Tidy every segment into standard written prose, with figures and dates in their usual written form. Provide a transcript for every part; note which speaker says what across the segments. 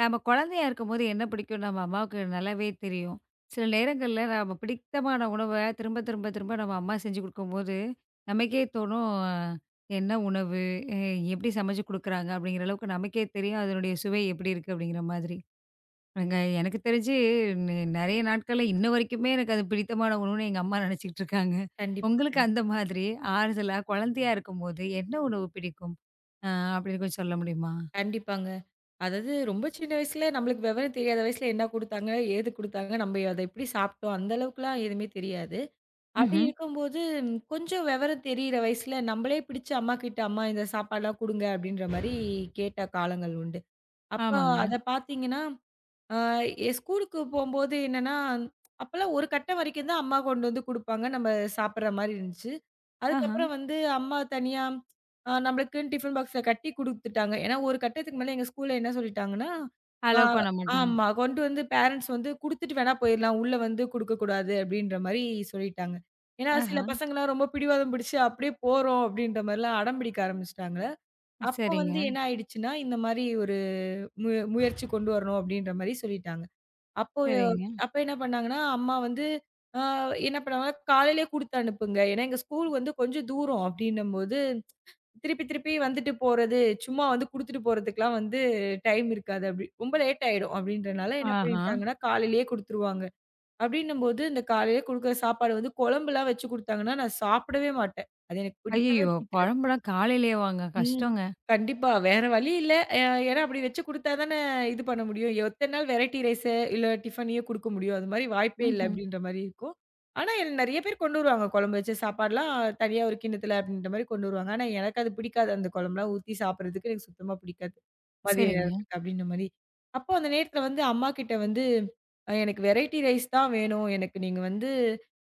Speaker 1: நம்ம குழந்தையா இருக்கும்போது என்ன பிடிக்கும் நம்ம அம்மாவுக்கு நல்லாவே தெரியும். சில நேரங்கள்ல நம்ம பிடித்தமான உணவ திரும்ப, திரும்ப, திரும்ப நம்ம அம்மா செஞ்சு குடுக்கும்போது, நமக்கே தோணும் "என்ன உணவு? அ எப்படி சமைச்சு குடுக்குறாங்க?" அப்படிங்கிற அளவுக்கு நமக்கே தெரியும் அதனுடைய சுவை எப்படி இருக்கு அப்படிங்கிற மாதிரி. அங்க எனக்கு தெரிஞ்சு நெறைய நாட்கள்ல இன்ன வரைக்குமே எனக்கு அது பிடித்தமான உணவுன்னு எங்க அம்மா நெனச்சுக்கிட்டு இருக்காங்க.
Speaker 2: கண்டிப்பா.
Speaker 1: உங்களுக்கு அந்த மாதிரி ஆறுதலா குழந்தையா இருக்கும்போது என்ன உணவு பிடிக்கும்? அ அப்படின்னு கொஞ்சம் சொல்ல முடியுமா?
Speaker 2: கண்டிப்பாங்க. அதாவது ரொம்ப சின்ன வயசுல நம்மளுக்கு விவரம் தெரியாத வயசுல என்ன குடுத்தாங்க? ஏது குடுத்தாங்க? நம்ம அத எப்படி சாப்பிட்டோம்? அந்த அளவுக்குலாம் எதுவுமே தெரியாது. அப்படி
Speaker 1: ம்ஹ்ம்.
Speaker 2: இருக்கும்போது கொஞ்சம் விவரம் தெரியிற வயசுல நம்மளே பிடிச்சு அம்மாகிட்ட, "அம்மா இந்த சாப்பாடுலாம் குடுங்க" அப்படின்ற மாரி கேட்ட காலங்கள் உண்டு. அப்ப
Speaker 1: ஆமாங்க.
Speaker 2: அத பார்த்தீங்கன்னா ஆ எ ஸ்கூலுக்கு போம்போது என்னன்னா, அப்பலாம் ஒரு கட்டம் வரைக்கும் தான் அம்மா கொண்டு வந்து குடுப்பாங்க. நம்ம சாப்பிடுற மாரி இருந்துச்சு.
Speaker 1: ஆஹ.
Speaker 2: அதுக்கப்புறம் வந்து அம்மா தனியா நம்மளுக்குன்னு டிஃபன் பாக்ஸ்ல கட்டி குடுத்துட்டாங்க. ஏன்னா, ஒரு கட்டத்துக்கு மேல எங்க ஸ்கூல்ல என்ன சொல்லிட்டாங்கன்னா, ஆ
Speaker 1: அலோ பண்ண மாட்டாங்க.
Speaker 2: ஆமா, கொண்டு வந்து பேரண்ட்ஸ் வந்து குடுத்துட்டு வேணா போயிரலாம். உள்ள வந்து குடுக்கக்கூடாது அப்படின்ற மாரி சொல்லிட்டாங்க. ஏன்னா, சில
Speaker 1: ஆஹா!
Speaker 2: பசங்கலாம் ரொம்ப பிடிவாதம் பிடிச்சு அப்படியே போறோம் அப்படின்ற மாரிலாம் அடம் பிடிக்க ஆரம்பிச்சுட்டாங்க. அப்போ
Speaker 1: சரிங்க,
Speaker 2: வந்து என்ன ஆயிடுச்சுன்னா, இந்த மாரி ஒரு முயற்சி கொண்டு வரணும் அப்படின்ற மாரி சொல்லிட்டாங்க. அப்போ
Speaker 1: சரிங்க.
Speaker 2: அப்ப என்ன பண்ணாங்கன்னா, அம்மா வந்து அ என்ன பண்ணுவாங்க, காலையிலேயே குடுத்து அனுப்புங்க. ஏன்னா எங்க ஸ்கூல் வந்து கொஞ்சம் தூரம் அப்டின்னும்போது, திருப்பி திருப்பி வந்துட்டு போறது, சும்மா வந்து குடுத்துட்டு போறதுக்குலாம் வந்து டைம் இருக்காது அப்டி. ரொம்ப லேட் ஆயிடும் அப்டின்றனால என்ன
Speaker 1: ஆஹா!
Speaker 2: பண்ணிட்டாங்கன்னா, காலையிலேயே குடுத்துருவாங்க. அப்டின்னும்போது இந்த காலையிலேயே குடுக்குற சாப்பாடு வந்து குழம்புலாம் வச்சு குடுத்தாங்கன்னா, நான் சாப்பிடவே மாட்டேன். அது எனக்கு பிடிக்கவே
Speaker 1: ஐயய்யோ!
Speaker 2: பிடிக்காது.
Speaker 1: குழம்புலாம் காலையிலேவாங்க
Speaker 2: ம்.
Speaker 1: கஷ்டங்க.
Speaker 2: கண்டிப்பா. வேற வழி இல்ல. ஏன்னா அப்படி வச்சு குடுத்தா தானே இது பண்ண முடியும். எத்தன நாள் வெரைட்டி ரைஸ இல்ல டிஃபனையோ குடுக்க முடியும்? அது மாரி வாய்ப்பே இல்ல
Speaker 1: ம்ஹ்ம்.
Speaker 2: அப்படின்ற மாரி இருக்கும். ஆனா எனக்கு நெறைய பேர் கொண்டு வருவாங்க. குழம்பு வச்ச சாப்பாடுலாம் தனியா ஒரு கிண்ணத்துல அப்படின்ற மாரி கொண்டு வருவாங்க. ஆனா எனக்கு அது பிடிக்காது. அந்த குழம்புலாம் ஊத்தி சாப்பிடுறதுக்கு எனக்கு சுத்தமா பிடிக்காது. மதிய
Speaker 1: சரிங்க.
Speaker 2: நேரத்துக்கு அப்படின்ற மாரி. அப்போ அந்த நேரத்துல வந்து அம்மா கிட்ட வந்து எனக்கு வெரைட்டி ரைஸ் தான் வேணும். எனக்கு நீங்க வந்து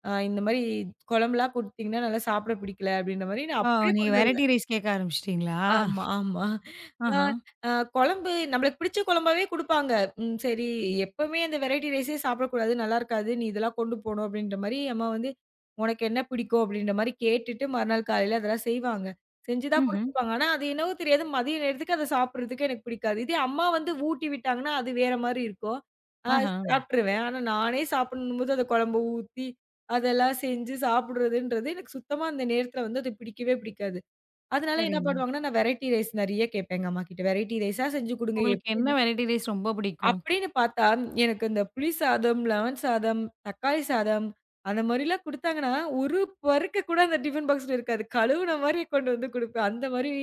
Speaker 2: இந்த மாரி குழம்புலாம் குடுத்தீங்கன்னா நல்லா சாப்பிட பிடிக்கல அப்படின்ற மாரி நான்
Speaker 1: ஓ!
Speaker 2: அப்படியே
Speaker 1: நீங்க
Speaker 2: கொண்டு
Speaker 1: வெரைட்டி
Speaker 2: வருவேன்.
Speaker 1: ரைஸ் கேட்க ஆரம்பிச்சுட்டீங்களா?
Speaker 2: ஆமா, ஆமா. அ
Speaker 1: ஆஹா!
Speaker 2: அ குழம்பு நம்மளுக்கு பிடிச்ச குழம்பாவே குடுப்பாங்க. ம் சரி எப்பவுமே அந்த வெரைட்டி ரைஸே சாப்பிடக்கூடாது. நல்லா இருக்காது. நீ இதெல்லாம் கொண்டு போணும் அப்படின்ற மாரி அம்மா வந்து, உனக்கு என்ன பிடிக்கும் அப்படின்ற மாரி கேட்டுட்டு மறுநாள் காலையில அதெல்லாம் செய்வாங்க. செஞ்சு தான்
Speaker 1: ம்ஹ்ம்.
Speaker 2: குடுத்துருப்பாங்க. ஆனா அது என்னவோ தெரியாது. மதிய நேரத்துக்கு அத சாப்பிடுறதுக்கு எனக்கு பிடிக்காது. இதே அம்மா வந்து ஊட்டி விட்டாங்கன்னா, அது வேற மாரி இருக்கும். அ
Speaker 1: ஆஹா!
Speaker 2: சாப்ட்டுருவேன். ஆனா நானே சாப்பிடணும்போது அத குழம்ப ஊத்தி, அதெல்லாம் செஞ்சு சாப்பிடுறதுன்றது எனக்கு சுத்தமா அந்த நேரத்துல வந்து அது பிடிக்கவே பிடிக்காது. அதனால என்ன
Speaker 1: சரிங்க.
Speaker 2: பண்ணுவாங்கன்னா, நான் வெரைட்டி ரைஸ் நெறைய கேட்பேன் எங்க அம்மாகிட்ட. வெரைட்டி ரைஸா செஞ்சு குடுங்க
Speaker 1: உங்களுக்கு என்ன
Speaker 2: எப்படின்னு
Speaker 1: வெரைட்டி ரைஸ் ரொம்ப பிடிக்கும்?
Speaker 2: அப்படின்னு பார்த்தா, எனக்கு இந்த புளி சாதம், லெமன் சாதம், தக்காளி சாதம் அந்த மாரிலாம் குடுத்தாங்கன்னா, ஒரு பருக்கு கூட அந்த டிஃபன் பாக்ஸ்ல இருக்காது. கழுவுன மாரி கொண்டு வந்து குடுப்பேன். அந்த மாரி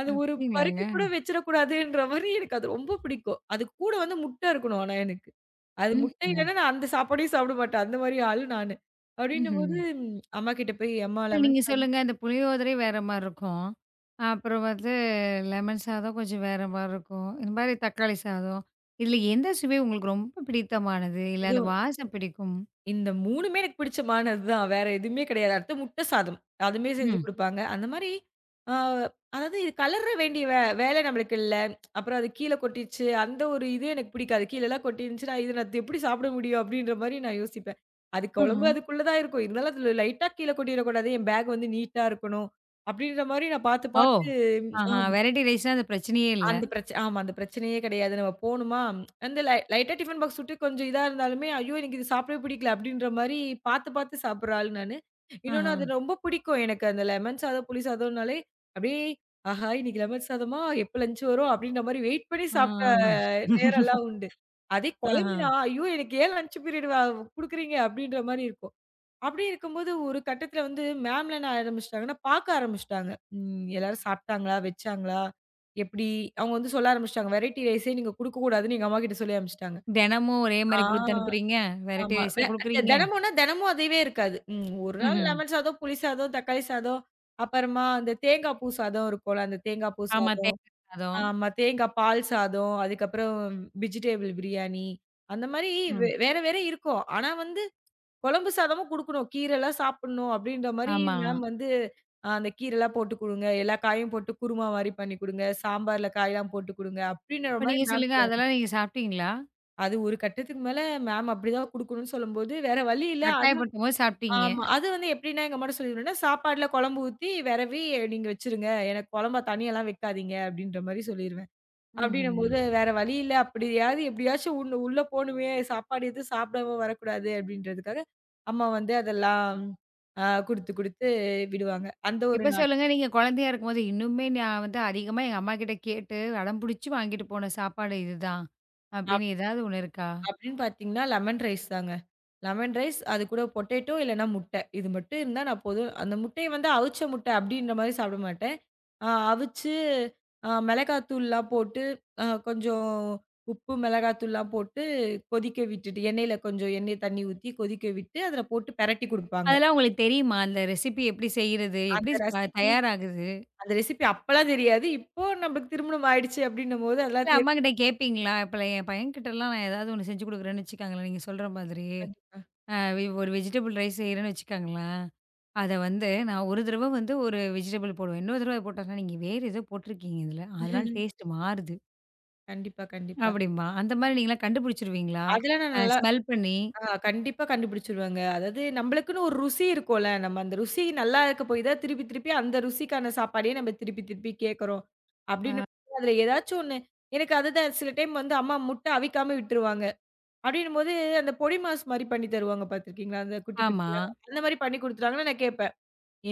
Speaker 2: அது ஒரு
Speaker 1: அப்டிங்களாங்க.
Speaker 2: பருக்கு கூட வச்சிடக்கூடாதுன்ற மாரி எனக்கு அது ரொம்ப பிடிக்கும். அது கூட வந்து முட்டை இருக்கணும் ஆனா எனக்கு. அது முட்டை
Speaker 1: ம்ஹ்ம்.
Speaker 2: இல்லன்னா நான் அந்த சாப்பாடையும் சாப்பிட மாட்டேன். அந்த மாரி ஆளு நானு.
Speaker 1: ம்ஹ்ம்.
Speaker 2: அப்படின்னும்போது அம்மாகிட்ட போய், "அம்மா
Speaker 1: இல்ல
Speaker 2: லெமன்
Speaker 1: நீங்க
Speaker 2: சாதம்"
Speaker 1: சொல்லுங்க அந்த புளியோதரை வேற மாரி இருக்கும். அப்புறம் வந்து லெமன் சாதம் கொஞ்சம் வேற மாரி இருக்கும். இந்த மாரி தக்காளி சாதம். இதுல எந்த சுவை உங்களுக்கு ரொம்ப பிடித்தமானது? இல்ல
Speaker 2: இது
Speaker 1: அந்த வாசம் பிடிக்கும்?
Speaker 2: இந்த 3மே எனக்கு பிடிச்சமானது தான். வேற எதுவுமே கிடையாது. அடுத்து முட்டை சாதம். அதுமே செஞ்சு
Speaker 1: ம்.
Speaker 2: குடுப்பாங்க. அந்த மாரி ஆ அதாவது இது கலர வேண்டிய வேலை நம்மளுக்கு இல்ல. அப்புறம் அது கீழ கொட்டிருச்சு. அந்த ஒரு இது எனக்கு பிடிக்காது. கீழலாம் கொட்டிருந்துச்சுன்னா, "இது நான் எப்படி சாப்பிட முடியும்?" அப்படின்ற மாரி நான் யோசிப்பேன். அது
Speaker 1: ஆஹா.
Speaker 2: குழம்பு அதுக்குள்ள தான் இருக்கும். இருந்தாலும் அதுல லைட்டா கீழ கொட்டிறக்கூடாது. என் பேக் வந்து நீட்டா இருக்கணும். அப்படின்ற மாரி நான் பார்த்து
Speaker 1: ஓ!
Speaker 2: பார்த்து
Speaker 1: ஆஹா.
Speaker 2: ஆமா.
Speaker 1: வெரைட்டி ரைஸ்னா அது பிரச்சனையே இல்ல.
Speaker 2: அந்த பிரச்ச ஆமா, அந்த பிரச்சனையே கிடையாது. நம்ம போணுமா, அந்த லைட்டா டிஃபன் பாக்ஸ் விட்டு கொஞ்சம் இதா இருந்தாலுமே, "ஐயோ! எனக்கு இது சாப்பிடவே பிடிக்கல." அப்படின்ற மாரி பார்த்து, பார்த்து சாப்பிடுற ஆள் நானு. இன்னொன்னு
Speaker 1: ஆஹா.
Speaker 2: அது ரொம்ப பிடிக்கும் எனக்கு. அந்த லெமன் சாதம், புளி சாதம்னாலே அப்படியே, "ஆஹா! இன்னைக்கு லெமன் சாதமா? எப்ப லஞ்ச் வரும்?" அப்படின்ற மாரி வெயிட் பண்ணி
Speaker 1: ஆ.
Speaker 2: சாப்பிட்ட நேரம்லாம் உண்டு. அதே
Speaker 1: ஆஹா.
Speaker 2: குழம்புனா, "ஐயோ! எனக்கு ஏன் லஞ்ச் பீரியட் குடுக்குறீங்க?" அப்படின்ற மாரி இருக்கும். அப்படி இருக்கும்போது ஒரு கட்டத்துல வந்து மேம்ல என்ன ஆரம்பிச்சுட்டாங்கன்னா, பாக்க ஆரம்பிச்சுட்டாங்க. ம் எல்லாரும் சாப்ட்டாங்களா? வச்சாங்களா? எப்படி? அவங்க வந்து சொல்ல ஆரம்பிச்சுட்டாங்க. வெரைட்டி ரைஸே நீங்க குடுக்கக்கூடாதுன்னு எங்க அம்மாகிட்ட சொல்லி அனுப்பிச்சுட்டாங்க.
Speaker 1: தினமும் ஒரே
Speaker 2: ஆ,
Speaker 1: மாரி குடுத்து அனுப்புறீங்க? வெரைட்டி
Speaker 2: ஆமா.
Speaker 1: ரைஸா
Speaker 2: வெ த
Speaker 1: குடுக்குறீங்க?
Speaker 2: தினமும்னா தினமும் அதுவே இருக்காது. ம் ஒரு நாள்
Speaker 1: ம்ஹ்ம்.
Speaker 2: லெமன் சாதம், புளி சாதம், தக்காளி சாதம், அப்புறமா அந்த தேங்காய் பூ சாதம் இருக்கும்ல, அந்த தேங்காய் பூ
Speaker 1: ஆமா.
Speaker 2: சாதம்.
Speaker 1: தேங்கா சாதம்.
Speaker 2: ஆமா தேங்காய் பால் சாதம், அதுக்கப்புறம் வெஜிடபிள் பிரியாணி, அந்த மாரி
Speaker 1: ம்.
Speaker 2: வேற வேற இருக்கும். ஆனா வந்து குழம்பு சாதமும் குடுக்கணும். கீரைலாம் சாப்பிடணும் அப்படின்ற மாரி
Speaker 1: ஆமா.
Speaker 2: மேம் வந்து, அந்த கீரைலாம் போட்டு குடுங்க. எல்லா காயும் போட்டு குருமா மாரி பண்ணி குடுங்க. சாம்பார்ல காயெல்லாம் போட்டு குடுங்க. அப்படின்ற
Speaker 1: இப்ப
Speaker 2: மாரி
Speaker 1: நீங்க
Speaker 2: மேம்
Speaker 1: சொல்லுங்க,
Speaker 2: சொல்லுவாங்க.
Speaker 1: அதெல்லாம் நீங்க சாப்பிட்டீங்களா?
Speaker 2: அது ஒரு கட்டத்துக்கு மேல மேம் அப்படிதான் குடுக்கணும்னு சொல்லும்போது, வேற வழி இல்ல. ஆனா
Speaker 1: கட்டாயப்படுத்தும்போது சாப்பிட்டீங்க.
Speaker 2: ஆமா, அது வந்து எப்படின்னா எங்க அம்மாட்ட சொல்லிருவேன்னா, சாப்பாடுல குழம்பு ஊத்தி வெரவி நீங்க வச்சுருங்க. எனக்கு குழம்பா தனியாலாம் வைக்காதீங்க அப்படின்ற மாரி சொல்லிருவேன்.
Speaker 1: ம்ஹ்ம்.
Speaker 2: அப்டின்னும்போது வேற வழி இல்ல. அப்படியாவது எப்படியாச்சும் உள்ள உள்ள போணுமே, சாப்பாடு எதுவும் சாப்பிடாம வரக்கூடாது அப்படின்றதுக்காக, அம்மா வந்து அதெல்லாம் குடுத்து குடுத்து விடுவாங்க. அந்த ஒரு
Speaker 1: இப்ப
Speaker 2: நாட்
Speaker 1: சொல்லுங்க, நீங்க குழந்தையா இருக்கும்போது, இன்னுமே நான் வந்து அதிகமா எங்க அம்மாகிட்ட கேட்டு, அடம் புடிச்சு வாங்கிட்டு போன சாப்பாடு இதுதான். அப்படின்னு ஏதாவது ஒண்ணு இருக்கா?
Speaker 2: அப்படின்னு பார்த்தீங்கன்னா, லெமன் ரைஸ் தாங்க. லெமன் ரைஸ், அது கூட பொட்டேட்டோ இல்லன்னா முட்டை. இது மட்டும் இருந்தா நான் போதும். அந்த முட்டைய வந்து அவிச்ச முட்டை அப்படின்ற மாரி சாப்பிட மாட்டேன். அ அவிச்சு மிளகாத்தூள்லாம் போட்டு, கொஞ்சம் உப்பு, மிளகாத்தூள்லாம் போட்டு கொதிக்க விட்டுட்டு, எண்ணெயில கொஞ்சம் எண்ணெய் தண்ணி ஊத்தி கொதிக்க விட்டு, அதில போட்டு பெரட்டி குடுப்பாங்க.
Speaker 1: அதெல்லாம் உங்களுக்கு தெரியுமா? அந்த ரெசிபி எப்படி செய்றது? எப்படி
Speaker 2: அந்த ரெசிபி
Speaker 1: தயாராகுது?
Speaker 2: அந்த ரெசிபி அப்பலாம் தெரியாது. இப்போ நமக்கு திருமணம் ஆயிடுச்சு அப்படின்னும்போது
Speaker 1: இல்ல
Speaker 2: அதெல்லாம் தெரியும்.
Speaker 1: அம்மாகிட்ட கேட்பீங்களா? இப்ப என் பையன்கிட்டலாம் நான் ஏதாவது ஒண்ணு செஞ்சு குடுக்குறேன்னு வச்சுக்கோங்களேன், நீங்க சொல்ற மாதிரி.
Speaker 2: கண்டிப்பா.
Speaker 1: அ வி ஒரு வெஜிடபிள் ரைஸ் செய்றேன்னு வச்சுக்கோங்களேன், அத வந்து நான் ஒரு தடவ வந்து ஒரு வெஜிடபிள் போடுவேன். இன்னொரு தடவ போட்டேன்னா, "நீங்க வேற ஏதோ போட்டிருக்கீங்க இதுல. அதனால டேஸ்ட் மாறுது"
Speaker 2: கண்டிப்பா, கண்டிப்பா.
Speaker 1: அப்படிம்பான். அந்த மாதிரி நீங்கலாம் கண்டுபிடிச்சுருவீங்களா?
Speaker 2: அதெல்லாம் நான் நல்லா
Speaker 1: ஸ்மெல் பண்ணி.
Speaker 2: கண்டிப்பா கண்டுபிடிச்சுருவேங்க. அதாவது நம்பளுக்குன்னு ஒரு ருசி இருக்கும்ல. நம்ம அந்த ருசி நல்லா இருக்க போய் தான் திருப்பி திருப்பி அந்த ருசிக்கான சாப்பாடையே நம்ம திருப்பி திருப்பி கேட்குறோம். அப்டின்னும்போது அதுல ஏதாச்சும் ஒண்ணு எனக்கு அதுதான் சில டைம் வந்து அம்மா முட்டை அவிக்காம விட்டுருவாங்க. அப்டின்னும்போது அந்த பொடி மாஸ் மாரி பண்ணி தருவாங்க பார்த்துருக்கீங்களா? அந்த குட்டி
Speaker 1: ஆமா.
Speaker 2: குட்டியா. அந்த மாரி பண்ணி குடுத்துட்டாங்கன்னா நான் கேட்பேன்.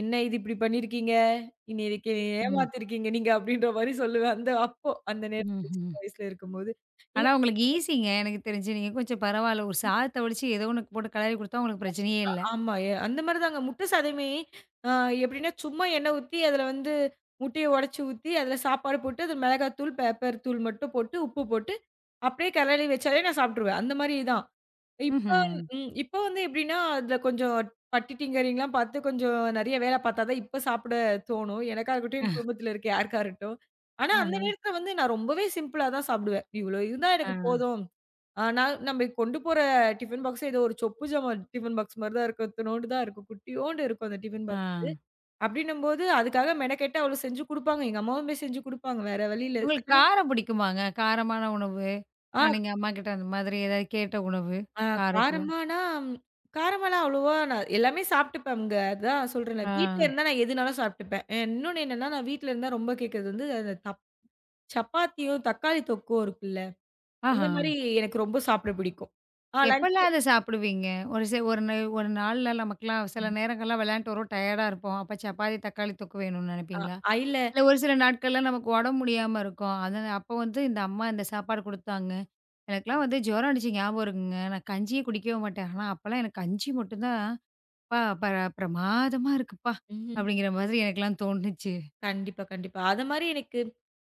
Speaker 2: "என்ன இது இப்டி பண்ணியிருக்கீங்க? என்ன இதுக்கு
Speaker 1: ம்.
Speaker 2: ஏமாத்திருக்கீங்க நீங்க" அப்டின்ற மாரி சொல்லுவேன். அந்த அப்போ அந்த நேரத்துல
Speaker 1: ம்ஹ்ம்.
Speaker 2: சின்ன வயசுல இருக்கும்போது.
Speaker 1: ஆனா உங்களுக்கு ஈஸிங்க எனக்கு தெரிஞ்சு. நீங்க கொஞ்சம் பரவால்ல. ஒரு சாதத்த வடிச்சு ஏதோ ஒண்ணு போட்டு கெளறி குடுத்தா உங்களுக்கு பிரச்சனையே
Speaker 2: கண்டிப்பா.
Speaker 1: இல்ல.
Speaker 2: ஆமா. அந்த மாரி தாங்க. முட்டை சாதமே அ எப்படின்னா, சும்மா எண்ணெய் ஊத்தி, அதில வந்து முட்டைய உடைச்சு ஊத்தி, அதில சாப்பாடு போட்டு, அதில மிளகாய் தூள், பெப்பர் தூள் மட்டும் போட்டு, உப்பு போட்டு, அப்படியே கரண்டி வச்சாலே நான் சாப்பிட்டுருவேன். அந்த மாரி தான். இப்ப
Speaker 1: ம்ஹ்ம்.
Speaker 2: ம். இப்ப வந்து எப்படின்னா, அதில கொஞ்சம் பட்டி டிங்கரிங்லாம் பார்த்து கொஞ்சம் நெறைய வேலை பார்த்தா தான் இப்ப சாப்பிட தோணும். எனக்கா இருக்கட்டும், என்
Speaker 1: அ.
Speaker 2: குடும்பத்தில இருக்க யாருக்கா இருக்கட்டும். ஆனா,
Speaker 1: ஆஹ.
Speaker 2: அந்த நேரத்தில வந்து நான் ரொம்பவே சிம்பிளா தான் சாப்பிடுவேன். இவ்வளோ இருந்தா
Speaker 1: ஆ.
Speaker 2: எனக்கு போதும். ஆனா, நம்ம கொண்டு போற டிஃபன் பாக்ஸ் ஏதோ ஒரு சொப்பு ஜாமா டிஃபன் பாக்ஸ் மாரி தான் இருக்கும். இத்துணூண்டு தான் இருக்கும். குட்டியோண்டு இருக்கும் அந்த டிஃபன்
Speaker 1: ஆ.
Speaker 2: பாக்ஸ். அப்டின்னும்போது அதுக்காக மெனக்கெட்டு அவ்வளோ செஞ்சு குடுப்பாங்க. எங்க அம்மாவுமே செஞ்சு குடுப்பாங்க. வேற வழி இல்ல.
Speaker 1: உங்களுக்கு காரம் பிடிக்குமாங்க? காரமான உணவு.
Speaker 2: ஆ
Speaker 1: நீங்க அம்மாகிட்ட அந்த மாதிரி ஏதாவது கேட்ட உணவு,
Speaker 2: அ
Speaker 1: காரத்தில?
Speaker 2: காரமானா காரமாலாம் அவ்வளோவா நான் எல்லாமே சாப்ட்டுப்பேங்க. அதான் சொல்றேன்ல.
Speaker 1: ஆ.
Speaker 2: வீட்ல இருந்தா நான் எதுனாலும் சாப்ட்டுப்பேன். இன்னொன்னு என்னன்னா, நான் வீட்ல இருந்தா ரொம்ப கேட்கறது வந்து அந்த சப்பாத்தியும், தக்காளி தொக்கும் இருக்குல்ல. அந்த
Speaker 1: ஆஹா.
Speaker 2: மாரி எனக்கு ரொம்ப சாப்பிட பிடிக்கும். லன்ச்சு
Speaker 1: எப்பலாம் அத சாப்பிடுவீங்க? ஒரு ச ஒரு ந ஒரு நாள்ல நமக்கெல்லாம் சில
Speaker 2: ஆமா.
Speaker 1: நேரங்கள்லாம் விளையாண்ட்டு வருவோம், டயர்டா இருப்போம். அப்ப சப்பாத்தி, தக்காளி தொக்கு வேணும்னு நெனைப்பீங்களா?
Speaker 2: இல்ல.
Speaker 1: இல்ல ஒரு சில நாட்கள்ல நமக்கு உடம்பு முடியாம இருக்கும். அத அப்ப வந்து இந்த அம்மா இந்த சாப்பாடு குடுத்தாங்க. எனக்கெல்லாம் வந்து ஜுரம் அடிச்சு ஞாபகம் இருக்குங்க. நான் கஞ்சியே குடிக்கவே மாட்டேன். ஆனா அப்பலாம் எனக்கு கஞ்சி மட்டும் தான், "அப்பா பிரமாதமா இருக்குப்பா"
Speaker 2: ம்ஹ்ம்.
Speaker 1: அப்படிங்கிற மாதிரி எனக்கெல்லாம் தோணுச்சு.
Speaker 2: கண்டிப்பா, கண்டிப்பா. அது மாரி எனக்கு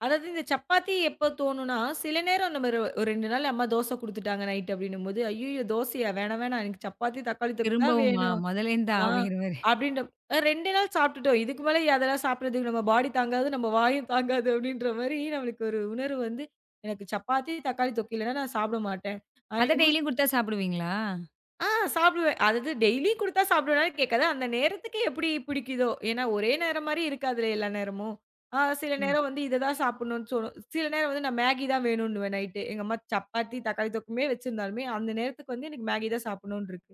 Speaker 2: அதாவது இந்த சப்பாத்தி எப்ப தோணும்னா, சில நேரம் நம்ம ஒரு ஒரு 2 நாள் அம்மா தோசை குடுத்துட்டாங்க நைட் அப்படின்னும்போது, "ஐய்யய்யோ! தோசையா? வேணாம், வேணாம். எனக்கு சப்பாத்தி, தக்காளி தொக்கு தான்
Speaker 1: திரும்பவுமா?
Speaker 2: வேணும்."
Speaker 1: முதலேருந்தா
Speaker 2: ஆ
Speaker 1: அப்படிங்கிற மாரி.
Speaker 2: அப்படின்ற 2 நாள் சாப்பிட்டுட்டோம். இதுக்கு மேல அதெல்லாம் சாப்பிடுறதுக்கு நம்ம பாடி தாங்காது, நம்ம வாயும் தாங்காது அப்படின்ற மாரி நம்மளுக்கு ஒரு உணர்வு வந்து, எனக்கு சப்பாத்தி, தக்காளி தொக்கு இல்லன்னா நான் சாப்பிட மாட்டேன்.
Speaker 1: அத
Speaker 2: எங்க அம்மா
Speaker 1: டெய்லியும் குடுத்தா சாப்பிடுவீங்களா?
Speaker 2: ஆ சாப்பிடுவேன். அதாவது டெய்லி குடுத்தா சாப்பிடுவேனான்னு கேட்காது. அந்த நேரத்துக்கு எப்படி பிடிக்குதோ! ஏன்னா ஒரே நேரம் மாரி இருக்காதுல்ல எல்லா நேரமும். சில
Speaker 1: ம்.
Speaker 2: நேரம் வந்து இத தான் சாப்பிடணும்னு தோணும். சில நேரம் வந்து நான் மேகி தான் வேணுன்னுவேன் நைட்டு. எங்க அம்மா சப்பாத்தி, தக்காளி தொக்குமே வச்சிருந்தாலுமே, அந்த நேரத்துக்கு வந்து எனக்கு மேகி தான் சாப்பிடணும்னு இருக்கு.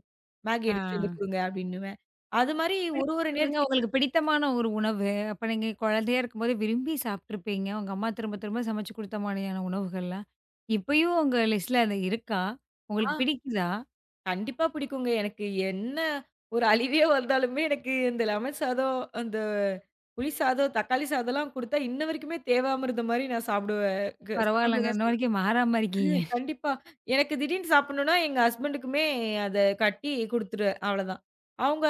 Speaker 2: மேகி
Speaker 1: ஆ.
Speaker 2: எடுத்துட்டு வந்து குடுங்க அப்படின்னுவேன். அது மாரி
Speaker 1: இப்ப
Speaker 2: ஒரு
Speaker 1: நீங்க
Speaker 2: ஒரு
Speaker 1: சொல்லுங்க
Speaker 2: நேரத்துக்கு
Speaker 1: உங்களுக்கு பிடித்தமான ஒரு உணவு. அப்ப நீங்க குழந்தையா இருக்கும்போது விரும்பி சாப்ட்டுருப்பீங்க. உங்க அம்மா திரும்ப திரும்ப சமைச்சு குடுத்த மாரியான உணவுகள்லாம். இப்பயும் உங்க லிஸ்ட்ல அது இருக்கா? உங்களுக்கு
Speaker 2: ஆ.
Speaker 1: பிடிக்குதா?
Speaker 2: கண்டிப்பா பிடிக்குங்க. எனக்கு என்ன ஒரு அழிவே வந்தாலுமே எனக்கு இந்த லெமன் சாதம், அந்த புளி சாதம், தக்காளி சாதம்லாம் குடுத்தா இன்ன வரைக்குமே தேவாமிர்தம் மாரி நான் சாப்பிடுவேன். சாப்பிடுவேன்
Speaker 1: பரவாயில்லங்க.
Speaker 2: தான்
Speaker 1: இன்ன
Speaker 2: சொல்லுவேன்.
Speaker 1: வரைக்கும் மாறாம இருக்கீங்க.
Speaker 2: கண்டிப்பா. எனக்கு திடீர்னு சாப்பிடணும்னா எங்க ஹஸ்பண்டுக்குமே அத கட்டி குடுத்துருவேன். அவ்வளதான். அவங்க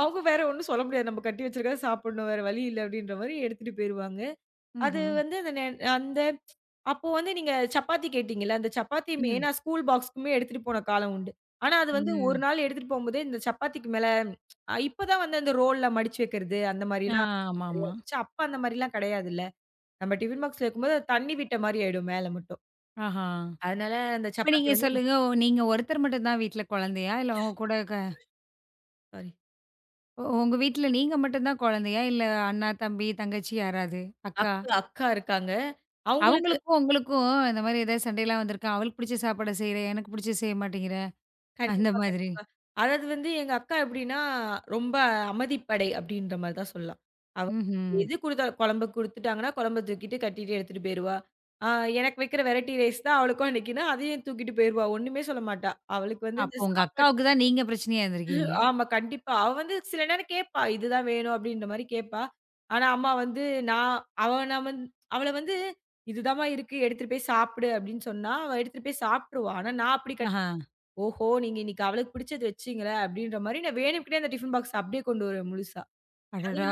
Speaker 2: அவங்க வேற ஒண்ணும் சொல்ல முடியாது. நம்ம கட்டி வச்சிருக்கத சாப்பிடணும். வேற வழி இல்ல அப்டின்ற மாரி எடுத்துட்டு போயிருவாங்க. அது
Speaker 1: ம்ஹ்ம்.
Speaker 2: வந்து அந்த அந்த அப்போ வந்து நீங்க சப்பாத்தி கேட்டீங்கல்ல, அந்த சப்பாத்தியுமே
Speaker 1: ம்.
Speaker 2: நான் ஸ்கூல் பாக்ஸ்க்குமே எடுத்துட்டு போன காலம் உண்டு. ஆனா அது வந்து ஒரு
Speaker 1: ம்.
Speaker 2: நாள் எடுத்துட்டு போம்போதே இந்த சப்பாத்திக்கு மேல இப்ப தான் வந்து அந்த ரோல்ல மடிச்சு வைக்கிறது அந்த
Speaker 1: ஆ
Speaker 2: மாரிலாம் நெறைய
Speaker 1: ஆமாமா.
Speaker 2: வந்துச்சு. அப்ப அந்த மாரிலாம் கெடையாதுல்ல. நம்ம டிஃபன் பாக்ஸ்ல வைக்கும்போது அது தண்ணி விட்ட மாரி ஆயிடும் மேல மட்டும்.
Speaker 1: ஆஹா.
Speaker 2: அதனால அந்த
Speaker 1: இப்ப
Speaker 2: சப்பாத்தி
Speaker 1: நீங்க
Speaker 2: வந்து
Speaker 1: சொல்லுங்க. நீங்க ஒருத்தர் மட்டும் தான் வீட்ல குழந்தையா? இல்ல உங்க கூட
Speaker 2: சாரி.
Speaker 1: உங்க வீட்ல நீங்க மட்டும் தான் குழந்தையா? இல்ல அண்ணா, தம்பி, தங்கச்சி யாராவது? அக்கா?
Speaker 2: அக்கா அக்கா இருக்காங்க. அவங்களுக்கு
Speaker 1: அவங்களுக்கும் உங்களுக்கும் இந்த மாரி ஏதாவது சண்டைலாம் வந்திருக்கா? அவளுக்கு பிடிச்ச சாப்பாட செய்றேன், எனக்கு பிடிச்சது செய்ய மாட்டேங்கிற, அந்த
Speaker 2: கண்டிப்பா,
Speaker 1: மாதிரி?
Speaker 2: கண்டிப்பா. அதாவது வந்து எங்க அக்கா எப்படின்னா, ரொம்ப அமைதிப்படை அப்படின்ற மாரி தான் சொல்லலாம். அவ
Speaker 1: ம்ஹ்ம்.
Speaker 2: எது குடுத்தாலும் குழம்பு குடுத்துட்டாங்கன்னா, குழம்ப தூக்கிட்டு கட்டிட்டு எடுத்துட்டு போயிருவா. ஆ எனக்கு வைக்கிற வெரைட்டி ரைஸ் தான் அவளுக்கும் அன்னைக்குன்னா, அதையும் தூக்கிட்டு போயிருவா. ஒண்ணுமே சொல்ல மாட்டா. அவளுக்கு வந்து
Speaker 1: அப்போ
Speaker 2: இந்த
Speaker 1: உங்க
Speaker 2: சாப்பாடு
Speaker 1: அக்காவுக்கு தான் நீங்க பிரச்சனையா இருந்திருக்கீங்க.
Speaker 2: ஆமா கண்டிப்பா. அவ வந்து சில நேரம் கேட்பா. இதுதான் வேணும் அப்படின்ற மாரி கேட்பா. ஆனா அம்மா வந்து நான் அவ நான் வந்து அவள வந்து இதுதாம்மா இருக்கு எடுத்துட்டு போய் சாப்பிடு அப்படின்னு சொன்னா, அவ எடுத்துட்டு போய் சாப்பிட்டுருவா. ஆனா நான் அப்படி
Speaker 1: ஆஹா.
Speaker 2: ஓஹோ! நீங்க இன்னைக்கு அவளுக்கு பிடிச்சது வச்சீங்களே! அப்டின்ற மாரி நான் வேணும்க்குன்னே அந்த டிஃபன் பாக்ஸ் அப்டியே கொண்டு வருவேன் முழுசா.
Speaker 1: அடடா!
Speaker 2: அதுனா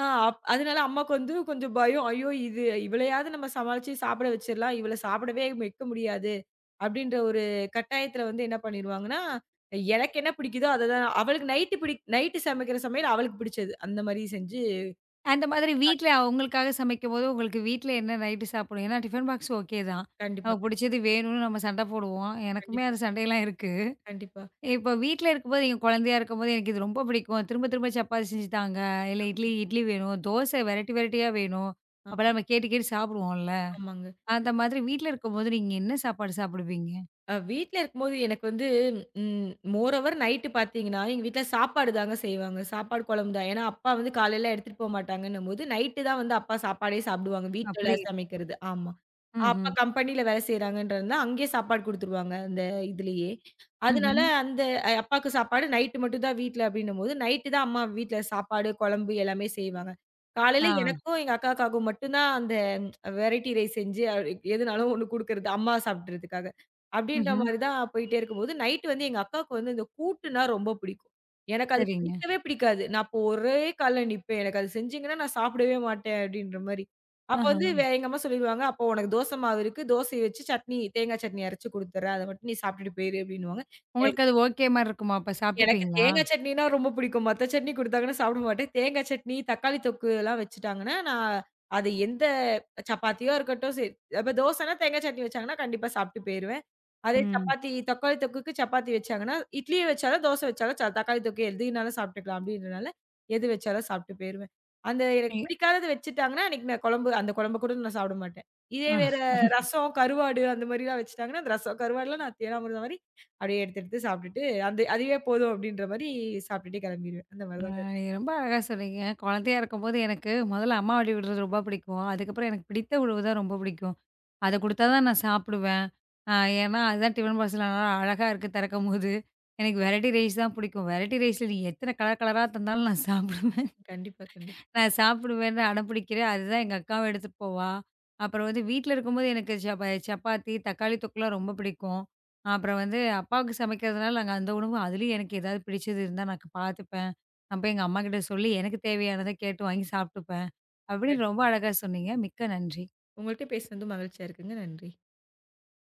Speaker 2: ஆ அப் அதனால அம்மாக்கு வந்து கொஞ்சம் பயம். ஐயோ! இது இவளையாவது நம்ம சமாளிச்சு சாப்பிட வச்சிரலாம். இவள சாப்பிடவே வைக்க முடியாது. அப்டின்ற ஒரு கட்டாயத்துல வந்து என்ன பண்ணிருவாங்கன்னா, எனக்கு என்ன பிடிக்குதோ அத தான் அவளுக்கு நைட்டு நைட்டு சமைக்கிற சமையல் அவளுக்கு பிடிச்சது. அந்த மாரி செஞ்சு
Speaker 1: அந்த மாதிரி வீட்ல அவங்களுக்காக சமைக்கும்போது, உங்களுக்கு வீட்ல என்ன நைட்டு சாப்பிடணும்? ஏன்னா டிஃபன் பாக்ஸ் ஓகே தான்.
Speaker 2: கண்டிப்பா,
Speaker 1: நமக்கு பிடிச்சது வேணும்னு நம்ம சண்டை போடுவோம். எனக்குமே
Speaker 2: கண்டிப்பா,
Speaker 1: அந்த சண்டையெல்லாம் இருக்கு.
Speaker 2: கண்டிப்பா.
Speaker 1: இப்ப வீட்ல இருக்கும்போது, எங்க குழந்தையா இருக்கும்போது எனக்கு இது ரொம்ப பிடிக்கும். திரும்ப திரும்ப சப்பாத்தி செஞ்சு தாங்க, இல்ல இட்லி இட்லி வேணும், தோசை வெரைட்டி வெரைட்டியா வேணும்.
Speaker 2: ஆ
Speaker 1: அப்பலாம் நம்ம கேட்டு கேட்டு சாப்பிடுவோம்ல.
Speaker 2: ஆமாங்க.
Speaker 1: அந்த மாதிரி வீட்ல இருக்கும்போது நீங்க என்ன சாப்பாடு சாப்பிடுவீங்க?
Speaker 2: வீட்ல இருக்கும்போது எனக்கு வந்து மோரோவர் நைட்டு பார்த்தீங்கன்னா, எங்க வீட்ல சாப்பாடு தாங்க செய்வாங்க. சாப்பாடு குழம்பு தான். ஏன்னா, அப்பா வந்து காலையில எடுத்துட்டு போமாட்டாங்கன்னும்போது, நைட்டு தான் வந்து அப்பா சாப்பாடே சாப்பிடுவாங்க. வீட்ல
Speaker 1: அப்படியா?
Speaker 2: சமைக்கிறது. ஆமா. அப்பா
Speaker 1: ம்ஹ்ம்.
Speaker 2: கம்பெனில வேலை செய்றாங்கன்றதுனால, அங்கேயே சாப்பாடு குடுத்துருவாங்க. அந்த இதுலயே.
Speaker 1: ம்ஹ்ம்.
Speaker 2: அதனால அந்த அப்பாக்கு சாப்பாடு நைட்டு மட்டும் தான் வீட்ல அப்டின்னும்போது, நைட்டு தான் அம்மா வீட்ல சாப்பாடு, குழம்பு எல்லாமே செய்வாங்க. காலையில
Speaker 1: ஆ.
Speaker 2: எனக்கும் எங்க அக்காக்காகவும் மட்டும் தான் அந்த வெரைட்டி ரைஸ் செஞ்சு எதுனாலும் ஒண்ணு குடுக்குறது. அம்மா சாப்பிடுறதுக்காக. அப்டின்ற
Speaker 1: ம்ஹ்ம்.
Speaker 2: மாரி தான் போயிட்டே இருக்கும்போது, நைட் வந்து எங்க அக்காவுக்கு வந்து இந்த கூட்டுனா ரொம்ப பிடிக்கும். எனக்கு அது
Speaker 1: சரிங்க.
Speaker 2: பிடிக்கவே பிடிக்காது. நான் இப்போ ஒரே கால்ல நிப்பேன். எனக்கு அது செஞ்சீங்கன்னா நான் சாப்பிடவே மாட்டேன் அப்டின்ற மாரி. அப்ப
Speaker 1: ஆஹ.
Speaker 2: வந்து எங்க அம்மா சொல்லிருவாங்க, "அப்போ உனக்கு தோசை மாவு இருக்கு. தோசைய வச்சு சட்னி, தேங்காய் சட்னி அரைச்சு குடுத்துர்றேன். அத மட்டும் நீ சாப்பிட்டுட்டு போயிரு" அப்டின்னுவாங்க.
Speaker 1: உங்களுக்கு அது ஓகே மாரி இருக்குமா? அப்ப
Speaker 2: எனக்கு
Speaker 1: சாப்பிட்டுப்பீங்களா?
Speaker 2: தேங்கா சட்னினா ரொம்ப பிடிக்கும். மத்த சட்னி குடுத்தாங்கன்னா சாப்பிட மாட்டேன். தேங்கா சட்னி, தக்காளி தொக்குலாம் வச்சுட்டாங்கன்னா, நான் அது எந்த சப்பாத்தியா இருக்கட்டும் சரி இப்ப தோசைன்னா தேங்கா சட்னி வச்சாங்கன்னா, கண்டிப்பா சாப்பிட்டு போயிருவேன். அதே
Speaker 1: ம்.
Speaker 2: சப்பாத்தி தக்காளி தொக்குக்கு சப்பாத்தி வச்சாங்கன்னா, இட்லி வச்சாலும், தோசை வச்சாலும், தக்காளி தொக்கு எதுனாலும் சாப்பிட்டுக்கலாம் அப்படின்றனால, எது வச்சாலும் சாப்பிட்டு போயிருவேன். அந்த எனக்கு
Speaker 1: நீ
Speaker 2: பிடிக்காதது வச்சுட்டாங்கன்னா, அன்னைக்கு நான் குழம்பு அந்த குழம்ப கூட நான் சாப்பிட மாட்டேன். இதே
Speaker 1: ஆ.
Speaker 2: வேற ரசம், கருவாடு அந்த மாரிலாம் வச்சுட்டாங்கன்னா, அந்த ரசம், கருவாடுலாம் நான் தேனாமிருதம் மாரி அப்படியே எடுத்து எடுத்து சாப்பிட்டுட்டு, அந்த அதுவே போதும் அப்படின்ற மாரி சாப்பிட்டுட்டே கிளம்பிருவேன். அந்த மாரி தாங்க இருக்கும்.
Speaker 1: நீங்க ரொம்ப அழகா சொன்னீங்க. குழந்தையா இருக்கும்போது எனக்கு முதல்ல அம்மா ஆட்டி விடுறது ரொம்ப பிடிக்கும். அதுக்கப்புறம் எனக்கு பிடித்த உணவு தான் ரொம்ப பிடிக்கும். அத குடுத்தா தான் நான் சாப்பிடுவேன். அ ஏன்னா, அதுதான் டிஃபன் பாக்ஸ்ல நல்லா அழகா இருக்கு திறக்கும்போது. எனக்கு வெரைட்டி ரைஸ் தான் பிடிக்கும். வெரைட்டி ரைஸ்ல நீ எத்தன கலர் கலரா தந்தாலும் நான் சாப்பிடுவேன்.
Speaker 2: கண்டிப்பா, கண்டிப்பா.
Speaker 1: நான் சாப்பிடுவேன்னு அடம்பிடிக்கிறேன். அதுதான் எங்க அக்காவும் எடுத்துட்டு போவா. அப்புறம் வந்து வீட்ல இருக்கும்போது எனக்கு சப்பாத்தி, தக்காளி தொக்குலாம் ரொம்ப பிடிக்கும். அப்புறம் வந்து அப்பாவுக்கு சமைக்கிறதுனால நாங்க அந்த உணவு அதிலயும் எனக்கு ஏதாவது பிடிச்சது இருந்தா நான் பார்த்துப்பேன். நான் போய் எங்க அம்மாகிட்ட சொல்லி எனக்கு தேவையானத கேட்டு வாங்கி சாப்பிட்டுப்பேன். அப்படின்னு
Speaker 2: கண்
Speaker 1: ம். ரொம்ப அழகா சொன்னீங்க. மிக்க நன்றி.
Speaker 2: உங்கள்ட்ட பேசினதும் மகிழ்ச்சியா இருக்குங்க. நன்றி.